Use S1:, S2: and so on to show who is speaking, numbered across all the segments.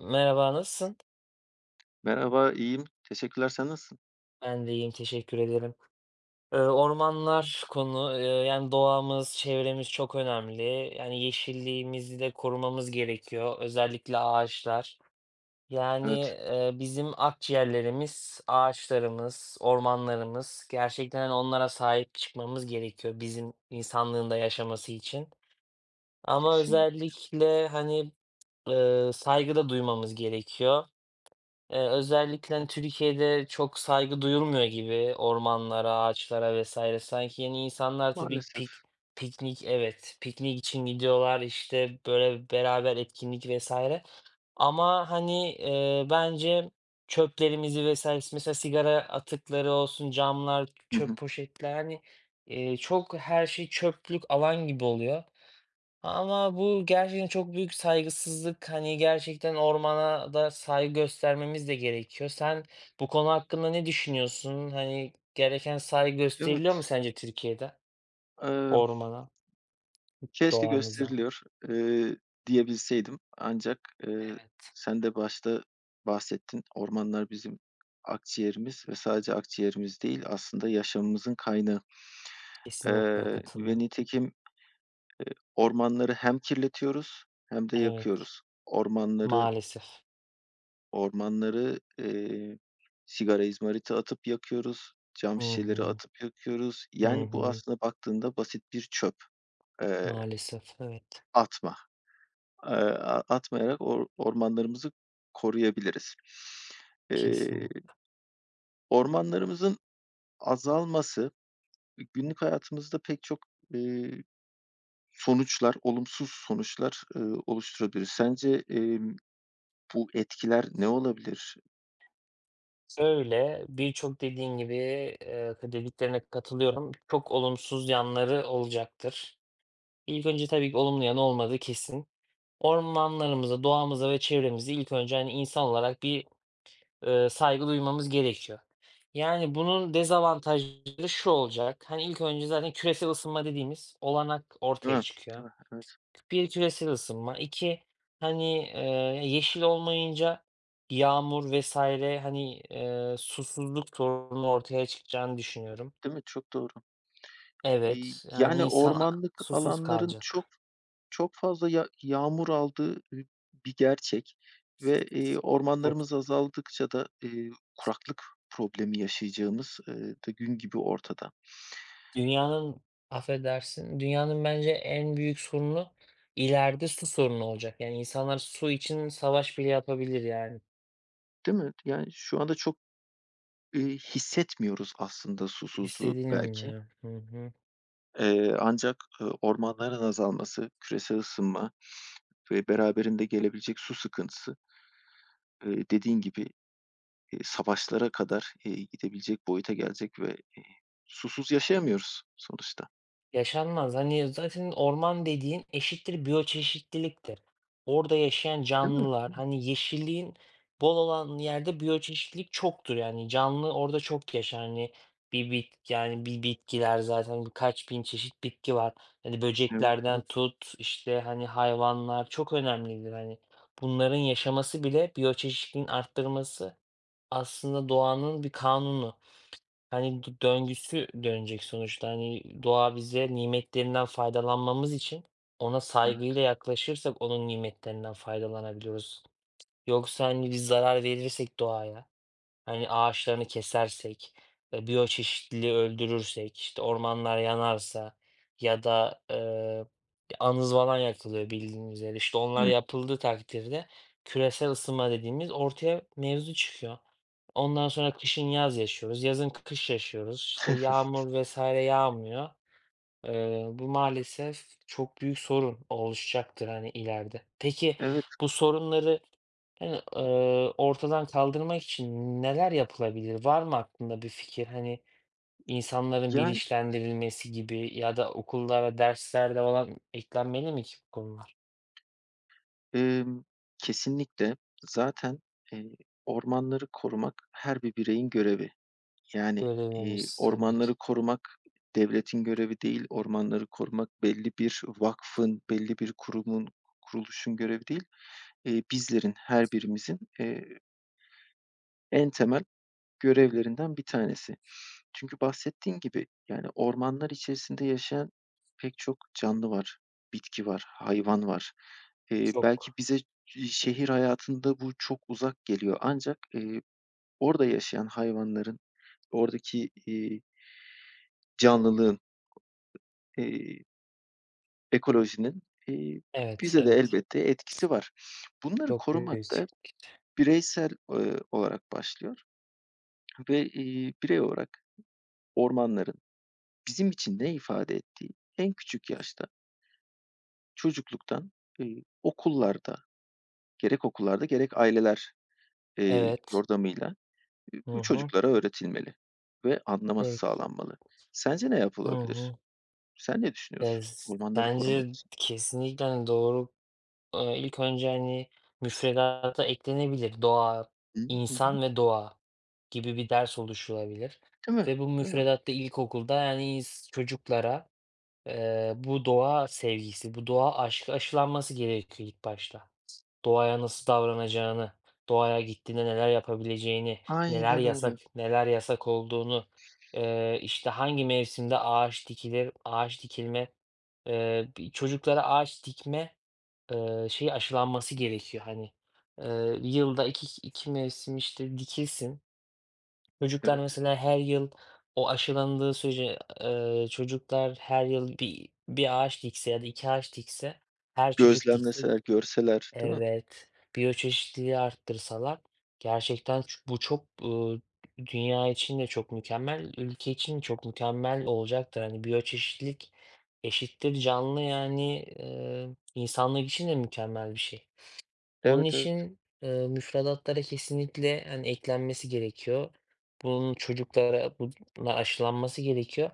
S1: Merhaba, nasılsın?
S2: Merhaba, iyiyim. Teşekkürler. Sen nasılsın?
S1: Ben de iyiyim, teşekkür ederim. Ormanlar konu, yani doğamız, çevremiz çok önemli. Yani yeşilliğimizi de korumamız gerekiyor, özellikle ağaçlar. Yani
S2: Evet,
S1: bizim akciğerlerimiz, ağaçlarımız, ormanlarımız. Gerçekten hani onlara sahip çıkmamız gerekiyor bizim insanlığın da yaşaması için. Ama
S2: kesinlikle.
S1: özellikle hani saygı da duymamız gerekiyor. Özellikle, hani, Türkiye'de çok saygı duyulmuyor gibi ormanlara, ağaçlara vesaire. Sanki, yeni insanlar tabii
S2: Maalesef.
S1: piknik, evet, piknik için gidiyorlar, işte, böyle, beraber etkinlik vesaire, ama, hani, bence çöplerimizi vesaire mesela sigara atıkları olsun, camlar,
S2: Hı
S1: çöp
S2: hı.
S1: poşetler, hani, çok her şey çöplük alan gibi oluyor. Ama bu gerçekten çok büyük saygısızlık. Hani, gerçekten ormana da saygı göstermemiz de gerekiyor. Sen bu konu hakkında ne düşünüyorsun? Hani, gereken saygı gösteriliyor mu
S2: Evet,
S1: sence Türkiye'de
S2: emm,
S1: ormana,
S2: keşke
S1: doğamıza?
S2: gösteriliyor, eee, diyebilseydim ancak, eee,
S1: Evet.
S2: sen de başta bahsettin. Ormanlar bizim akciğerimiz ve sadece akciğerimiz değil, aslında yaşamımızın kaynağı.
S1: Kesinlikle
S2: Ve
S1: katılıyorum.
S2: nitekim ormanları hem kirletiyoruz hem de
S1: Evet,
S2: yakıyoruz. Ormanları
S1: maalesef.
S2: Ormanları, sigara izmariti atıp yakıyoruz, cam
S1: Hı
S2: şişeleri
S1: hı.
S2: atıp yakıyoruz.
S1: Hı
S2: Yani, bu
S1: hı.
S2: aslında baktığında basit bir çöp, eee,
S1: Maalesef, evet.
S2: atma. Eee, a atmayarak or ormanlarımızı koruyabiliriz. Eee,
S1: Kesin.
S2: Ormanlarımızın azalması günlük hayatımızda pek çok, eee, sonuçlar, olumsuz sonuçlar, oluşturabilir. Sence, bu etkiler ne olabilir?
S1: Öyle, birçok dediğin gibi, dediklerine katılıyorum. Çok olumsuz yanları olacaktır. İlk önce tabii ki olumlu yanı olmadığı kesin. Ormanlarımıza, doğamıza ve çevremize ilk önce, hani, insan olarak bir, saygı duymamız gerekiyor. Yani, bunun dezavantajları şu olacak: hani, ilk önce zaten küresel ısınma dediğimiz olanak
S2: Değil
S1: ortaya
S2: mi?
S1: çıkıyor.
S2: Değil mi? Evet.
S1: Bir, küresel ısınma. 2, hani, yeşil olmayınca yağmur vesaire, hani, susuzluk sorunu ortaya çıkacağını düşünüyorum.
S2: Değil mi? Çok doğru.
S1: Evet, yani,
S2: Yani,
S1: insan
S2: ormanlık
S1: susuz
S2: alanların çok
S1: kalacak.
S2: çok fazla ya yağmur aldığı, bir gerçek ve, ormanlarımız azaldıkça da, kuraklık problemi yaşayacağımız, da gün gibi ortada,
S1: Dünyanın Affedersin, dünyanın bence en büyük sorunu ileride su sorunu olacak. Yani, insanlar su için savaş bile yapabilir yani.
S2: değil mi? Yani, şu anda çok, hissetmiyoruz aslında susuzluğu
S1: İstediğini
S2: belki.
S1: bilmiyorum. Hı hı.
S2: Ancak, ormanların azalması, küresel ısınma ve beraberinde gelebilecek su sıkıntısı, dediğin gibi, savaşlara kadar, gidebilecek boyuta gelecek ve, susuz yaşayamıyoruz sonuçta,
S1: Yaşanmaz. Hani, zaten orman dediğin eşittir biyoçeşitliliktir. Orada yaşayan
S2: değil mi?
S1: canlılar, hani, yeşilliğin bol olan yerde biyoçeşitlilik çoktur. Yani canlı orada çok yaşar. Hani, bir bit yani, bir bitkiler zaten birkaç bin çeşit bitki var. Hani,
S2: Evet,
S1: böceklerden
S2: evet,
S1: tut, işte, hani, hayvanlar çok önemlidir. Hani, bunların yaşaması bile biyoçeşitliliğin arttırması aslında doğanın bir kanunu. Hani, döngüsü dönecek sonuçta. Hani, doğa bize nimetlerinden faydalanmamız için ona
S2: evet.
S1: saygıyla yaklaşırsak onun nimetlerinden faydalanabiliyoruz. Yoksa, hani, biz zarar verirsek doğaya, hani, ağaçlarını kesersek, e, biyoçeşitliliği öldürürsek, işte ormanlar yanarsa ya da, anız falan yakılıyor bildiğiniz üzere. İşte onlar
S2: Hıh.
S1: yapıldığı takdirde küresel ısınma dediğimiz ortaya mevzu çıkıyor. Ondan sonra kışın yaz yaşıyoruz, yazın kış yaşıyoruz. İşte yağmur vesaire yağmıyor. Bu maalesef çok büyük sorun oluşacaktır hani ileride. Peki
S2: Evet,
S1: bu sorunları yani, ortadan kaldırmak için neler yapılabilir? Var mı aklında bir fikir? Hani, insanların
S2: ya,
S1: bilinçlendirilmesi gibi ya da okullara, derslerde falan eklenmeli mi ki bu konular?
S2: emm, kesinlikle zaten, eee, ormanları korumak her bir bireyin görevi. Yani,
S1: Görevimiz tabii ki.
S2: ormanları korumak devletin görevi değil, ormanları korumak belli bir vakfın, belli bir kurumun, kuruluşun görevi değil. Bizlerin, her birimizin, en temel görevlerinden bir tanesi. Çünkü bahsettiğin gibi, yani, ormanlar içerisinde yaşayan pek çok canlı var, bitki var, hayvan var. Belki
S1: Çok.
S2: bize şehir hayatında bu çok uzak geliyor ancak, orada yaşayan hayvanların, oradaki, canlılığın, eee, ekolojinin, iii,
S1: Evet,
S2: bize de
S1: evet.
S2: elbette etkisi var. Bunları
S1: Çok
S2: korumak
S1: büyük.
S2: da bireysel, olarak başlıyor ve, birey olarak ormanların bizim için ne ifade ettiği en küçük yaşta Çocukluktan, okullarda, gerek okullarda gerek aileler,
S1: Evet.
S2: yordamıyla,
S1: Hı
S2: bu
S1: hı.
S2: çocuklara öğretilmeli ve anlaması
S1: Evet.
S2: sağlanmalı. Sence ne
S1: Hı
S2: yapılabilir?
S1: hı.
S2: Sen ne
S1: Ya,
S2: düşünüyorsun ormanları korumak
S1: bence
S2: için?
S1: kesinlikle, hani, doğru. İlk önce, hani, müfredata eklenebilir.
S2: Hı hı, hı.
S1: İnsan ve doğa gibi bir ders oluşturulabilir
S2: Değil mi?
S1: ve bu
S2: Değil mi?
S1: müfredatta ilkokulda, yani, çocuklara, bu doğa sevgisi, bu doğa aşkı aşılanması gerekiyor ilk başta. Doğaya nasıl davranacağını, doğaya gittiğinde neler yapabileceğini, neler
S2: Aynen öyle.
S1: yasak, neler yasak olduğunu, işte, hangi mevsimde ağaç dikilir, ağaç dikilme, bi çocuklara ağaç dikme şeyi aşılanması gerekiyor, hani, yılda 2 mevsim, işte, dikilsin. Çocuklar
S2: Evet.
S1: mesela her yıl o aşılandığı sürece, çocuklar her yıl bir ağaç dikse ya da 2 ağaç dikse, her çocuk dikse.
S2: Gözlemleseler, görseler, değil mi?
S1: Evet, biyoçeşitliliği arttırsalar gerçekten bu çok, dünya için de çok mükemmel, ülke için de çok mükemmel olacaktır. Hani, biyoçeşitlilik eşittir canlı, yani, insanlık için de mükemmel bir şey. Onun
S2: Evet, evet.
S1: için, müfredatlara kesinlikle, hani, eklenmesi gerekiyor. Bunun çocuklara bununla aşılanması gerekiyor.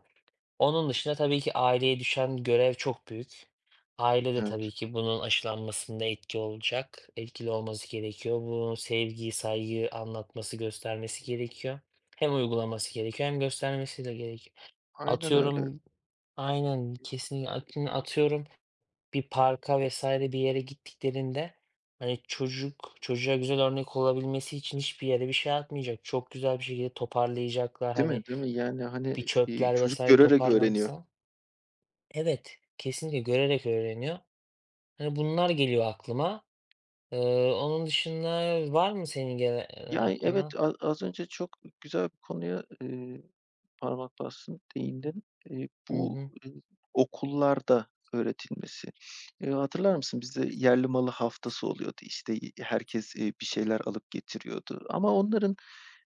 S1: Onun dışında tabii ki aileye düşen görev çok büyük. Aile de tabii
S2: Evet.
S1: ki bunun aşılanmasında etki olacak, etkili olması gerekiyor. Bunu sevgiyi, saygıyı anlatması, göstermesi gerekiyor. Hem uygulaması gerekiyor hem göstermesi de gerekiyor.
S2: Aynen öyle.
S1: Atıyorum, aynen, kesinlikle. Atıyorum bir parka vesaire bir yere gittiklerinde, hani, çocuk çocuğa güzel örnek olabilmesi için hiçbir yere bir şey atmayacak. Çok güzel bir şekilde toparlayacaklar.
S2: Değil mi?
S1: Hani,
S2: Değil mi? Yani, hani,
S1: bir
S2: iii,
S1: çöpler
S2: çocuk
S1: vesaire
S2: görerek öğreniyor.
S1: toparlansa. Evet, kesinlikle görerek öğreniyor. Hani, bunlar geliyor aklıma. Onun dışında var mı senin gelen
S2: Yani, evet,
S1: aklına?
S2: az önce çok güzel bir konuya, parmak bastın, değindin.
S1: Hı
S2: Bu,
S1: hı.
S2: eee, okullarda öğretilmesi. Hatırlar mısın bizde yerli malı haftası oluyordu. İşte, herkes, bir şeyler alıp getiriyordu ama onların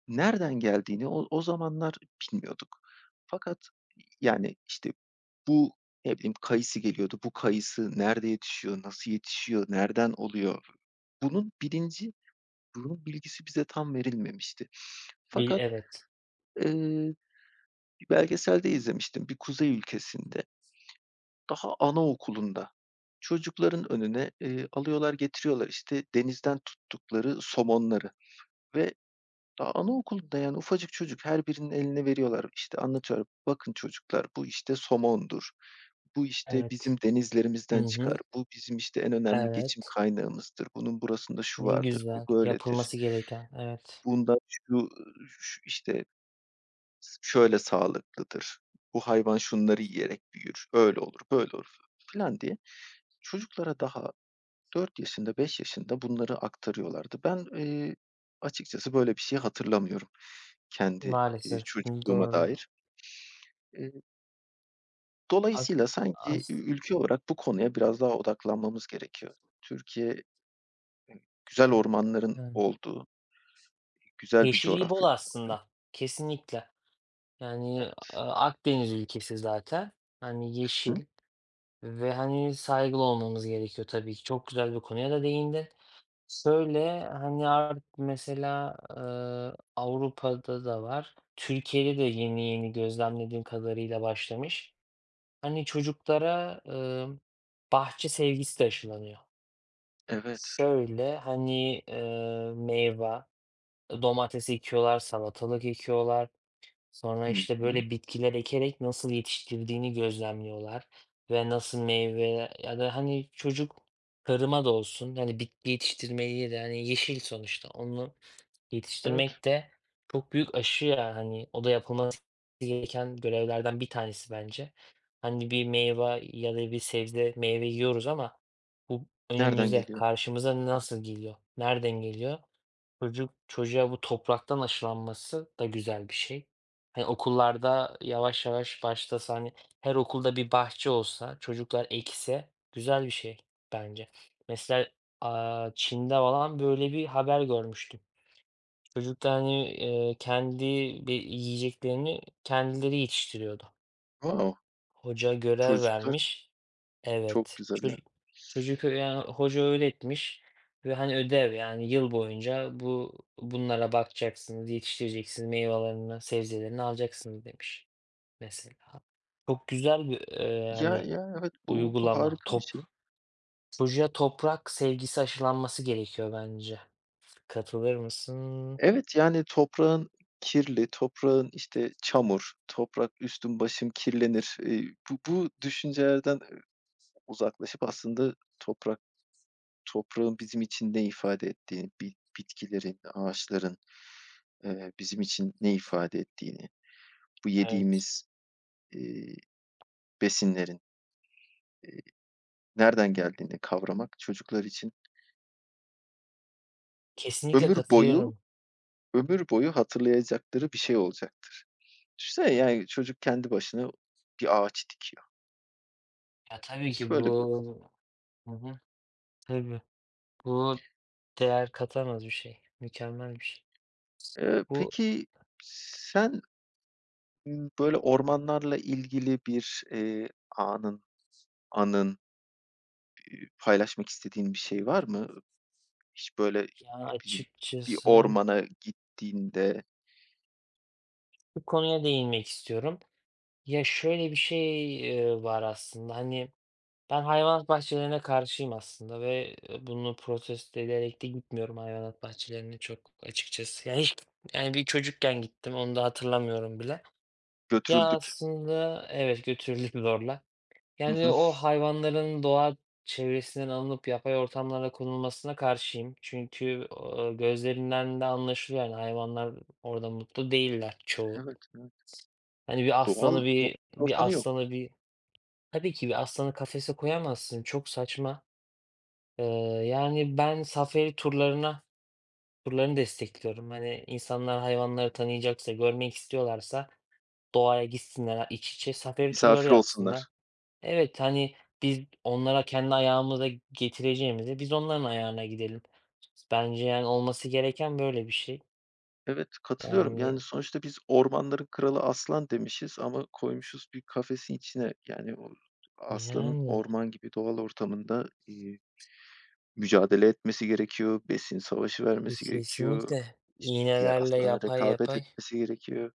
S2: nereden geldiğini o zamanlar bilmiyorduk. Fakat, yani, işte, bu, ne bileyim, kayısı geliyordu. Bu kayısı nerede yetişiyor, nasıl yetişiyor, nereden oluyor? Bunun bilinci bunun bilgisi bize tam verilmemişti. Fakat,
S1: Evet,
S2: eee, bir belgeselde izlemiştim bir kuzey ülkesinde. Daha anaokulunda çocukların önüne, alıyorlar getiriyorlar, işte, denizden tuttukları somonları ve daha anaokulunda, yani, ufacık çocuk her birinin eline veriyorlar. İşte anlatıyorlar, "Bakın çocuklar bu, işte, somondur. Bu, işte,
S1: evet.
S2: bizim
S1: Hı
S2: denizlerimizden çıkar.
S1: hı.
S2: Bu bizim, işte, en önemli geçim
S1: Evet.
S2: kaynağımızdır. Bunun burasında şu
S1: Ne
S2: vardır, bu
S1: güzel.
S2: böyledir.
S1: Yapılması gereken. Evet.
S2: Bunda şu, işte, şöyle sağlıklıdır, bu hayvan şunları yiyerek büyür, öyle olur, böyle olur filan diye çocuklara daha 4 yaşında, 5 yaşında bunları aktarıyorlardı. Ben, açıkçası böyle bir şey hatırlamıyorum kendi,
S1: Maalesef.
S2: çocukluğuma
S1: Doğru.
S2: dair. Eee,
S1: Ak
S2: Dolayısıyla sanki
S1: as
S2: ülke olarak bu konuya biraz daha odaklanmamız gerekiyor. Türkiye güzel ormanların
S1: yani.
S2: olduğu, güzel bir
S1: Yeşilliği bol
S2: coğrafyada bu arada.
S1: aslında, kesinlikle. Yani,
S2: Evet.
S1: Akdeniz ülkesi zaten. Hani,
S2: Hı.
S1: yeşil ve, hani, saygılı olmamız gerekiyor tabii ki. Çok güzel bir konuya da değindin. Şöyle, hani, artık mesela, Avrupa'da da var. Türkiye'de de yeni yeni gözlemlediğim kadarıyla başlamış. Hani, çocuklara, bahçe sevgisi de aşılanıyor.
S2: Evet.
S1: Şöyle, hani, meyve, domates ekiyorlar, salatalık ekiyorlar. Sonra
S2: Hı
S1: işte
S2: hı.
S1: böyle bitkiler ekerek nasıl yetiştirdiğini gözlemliyorlar ve nasıl meyve ya da hani çocuk tarıma da olsun hani bitki yetiştirmeyi de hani yeşil sonuçta onu
S2: Evet.
S1: yetiştirmek de çok büyük aşı ya hani o da yapılması gereken görevlerden bir tanesi bence. Hani bir meyve ya da bir sebze meyve yiyoruz ama bu
S2: Nereden
S1: önümüze
S2: geliyor?
S1: karşımıza nasıl geliyor? Nereden geliyor? Çocuk çocuğa bu topraktan aşılanması da güzel bir şey. Hani, okullarda yavaş yavaş başlasa, hani, her okulda bir bahçe olsa, çocuklar ekse güzel bir şey bence. Mesela, Çin'de falan böyle bir haber görmüştüm. Çocuklar, hani, kendi bir yiyeceklerini kendileri yetiştiriyordu.
S2: Wow!
S1: Hoca görev
S2: Çocuklar
S1: vermiş.
S2: Çok
S1: Evet.
S2: güzel ya.
S1: Çocuk, yani, hoca öğretmiş ve, hani, ödev, yani, yıl boyunca bunlara bakacaksınız, yetiştireceksiniz, meyvelerini, sebzelerini alacaksınız demiş mesela. Çok güzel bir,
S2: Ya
S1: hani,
S2: ya, evet, bu
S1: uygulama.
S2: harika bir şey.
S1: Çocuğa toprak sevgisi aşılanması gerekiyor bence. Katılır mısın?
S2: Evet, yani toprağın kirli, toprağın, işte, çamur, toprak üstüm başım kirlenir. Bu düşüncelerden uzaklaşıp aslında toprak toprağın bizim için ne ifade ettiğini, bitkilerin, ağaçların, bizim için ne ifade ettiğini, bu
S1: Evet.
S2: yediğimiz, eee, besinlerin nereden geldiğini kavramak çocuklar için
S1: Kesinlikle
S2: ömür boyu
S1: katılıyorum.
S2: ömür boyu hatırlayacakları bir şey olacak. Düşünsene, yani, çocuk kendi başına bir ağaç dikiyor.
S1: Ya, tabii ki
S2: Böyle bir
S1: bu. Hı hı. Tabii. Bu değer katamaz bir şey. Mükemmel bir şey. Bu
S2: Peki sen, böyle ormanlarla ilgili bir, anın, paylaşmak istediğin bir şey var mı? Hiç böyle,
S1: Ya
S2: ne bileyim, bir
S1: açıkçası
S2: ormana gittiğinde
S1: bu konuya değinmek istiyorum. Ya şöyle bir şey, var aslında, hani, ben hayvanat bahçelerine karşıyım aslında ve, bunu protesto ederek de gitmiyorum hayvanat bahçelerine çok açıkçası. Yani hiç yani bir çocukken gittim, onu da hatırlamıyorum bile. Ya
S2: götürüldük.
S1: aslında evet götürüldük zorla.
S2: Hı
S1: Yani,
S2: hı.
S1: o hayvanların doğa çevresinden alınıp yapay ortamlara konulmasına karşıyım. Çünkü, gözlerinden de anlaşılıyor, yani, hayvanlar orada mutlu değiller çoğu.
S2: Evet, evet.
S1: Hani,
S2: Doğal doğal bir
S1: bir
S2: ortamı yok.
S1: aslanı bir. Tabii ki bir aslanı kafese koyamazsın. Çok saçma. Eee, yani, ben safari turlarına turlarını destekliyorum. Hani, insanlar hayvanları tanıyacaksa, görmek istiyorlarsa doğaya gitsinler, iç içe safari turları
S2: Misafir
S1: yapsınlar.
S2: olsunlar.
S1: Evet, hani, biz onlara kendi ayağımıza getireceğimizi biz onların ayağına gidelim. Bence, yani, olması gereken böyle bir şey.
S2: Evet, katılıyorum. Yani,
S1: Yani
S2: sonuçta biz "Ormanların kralı aslan." demişiz ama koymuşuz bir kafesin içine. Yani, o aslanın
S1: Yani,
S2: orman gibi doğal ortamında, mücadele etmesi gerekiyor, besin savaşı
S1: e,
S2: vermesi gerekiyor,
S1: kesinlikle
S2: işte, diğer
S1: iğnelerle
S2: aslanlara
S1: yapay
S2: rekabet
S1: yapay,
S2: etmesi gerekiyor.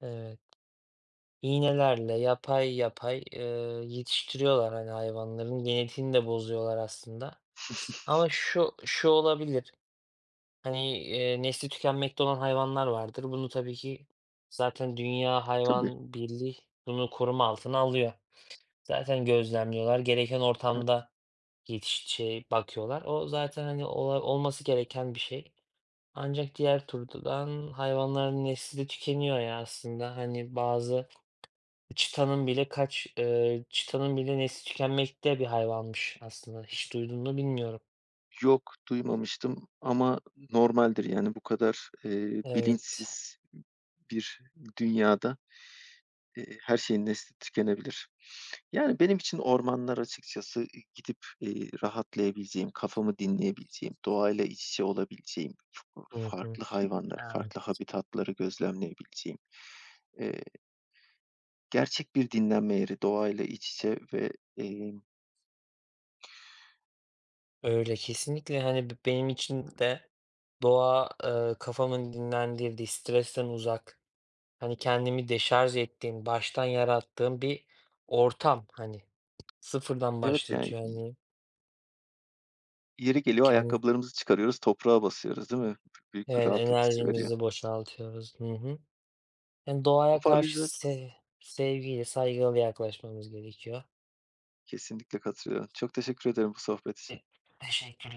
S1: evet, iğnelerle yapay yapay, yetiştiriyorlar, hani, hayvanların genetiğini de bozuyorlar aslında. Ama şu olabilir, hani, nesli tükenmekte olan hayvanlar vardır. Bunu tabii ki zaten Dünya
S2: Tabii.
S1: Hayvan Birliği bunu koruma altına alıyor. Zaten gözlemliyorlar. Gereken
S2: He.
S1: ortamda şey, bakıyorlar. O zaten, hani, olması gereken bir şey. Ancak diğer türden hayvanların nesli de tükeniyor ya aslında. Hani, bazı çitanın bile nesli tükenmekte bir hayvanmış aslında. Hiç duydun mu bilmiyorum.
S2: Yok, duymamıştım ama normaldir, yani, bu kadar,
S1: Evet.
S2: bilinçsiz bir dünyada, her şeyin nesli tükenebilir. Yani, benim için ormanlar açıkçası, gidip, rahatlayabileceğim, kafamı dinleyebileceğim, doğayla iç içe olabileceğim,
S1: Hı hı.
S2: farklı hayvanları,
S1: Evet.
S2: farklı habitatları gözlemleyebileceğim, eee, gerçek bir dinlenme yeri, doğayla iç içe ve, emm,
S1: Öyle, kesinlikle. Hani, benim için de doğa, kafamın dinlendirdiği, stresten uzak. Hani, kendimi deşarj ettiğim, baştan yarattığım bir ortam, hani, sıfırdan
S2: evet, yani,
S1: başlatıyor, hani,
S2: yeri geliyor
S1: kendi.
S2: ayakkabılarımızı çıkarıyoruz, toprağa basıyoruz, değil mi? Büyük bir
S1: Evet,
S2: rahatlık hissi veriyor.
S1: enerjimizi boşaltıyoruz. Hı hı. Yani, doğaya karşı
S2: Toparlayacak
S1: sevgiyle, saygıyla yaklaşmamız gerekiyor.
S2: Kesinlikle katılıyorum. Çok teşekkür ederim bu sohbet
S1: E,
S2: için.
S1: teşekkür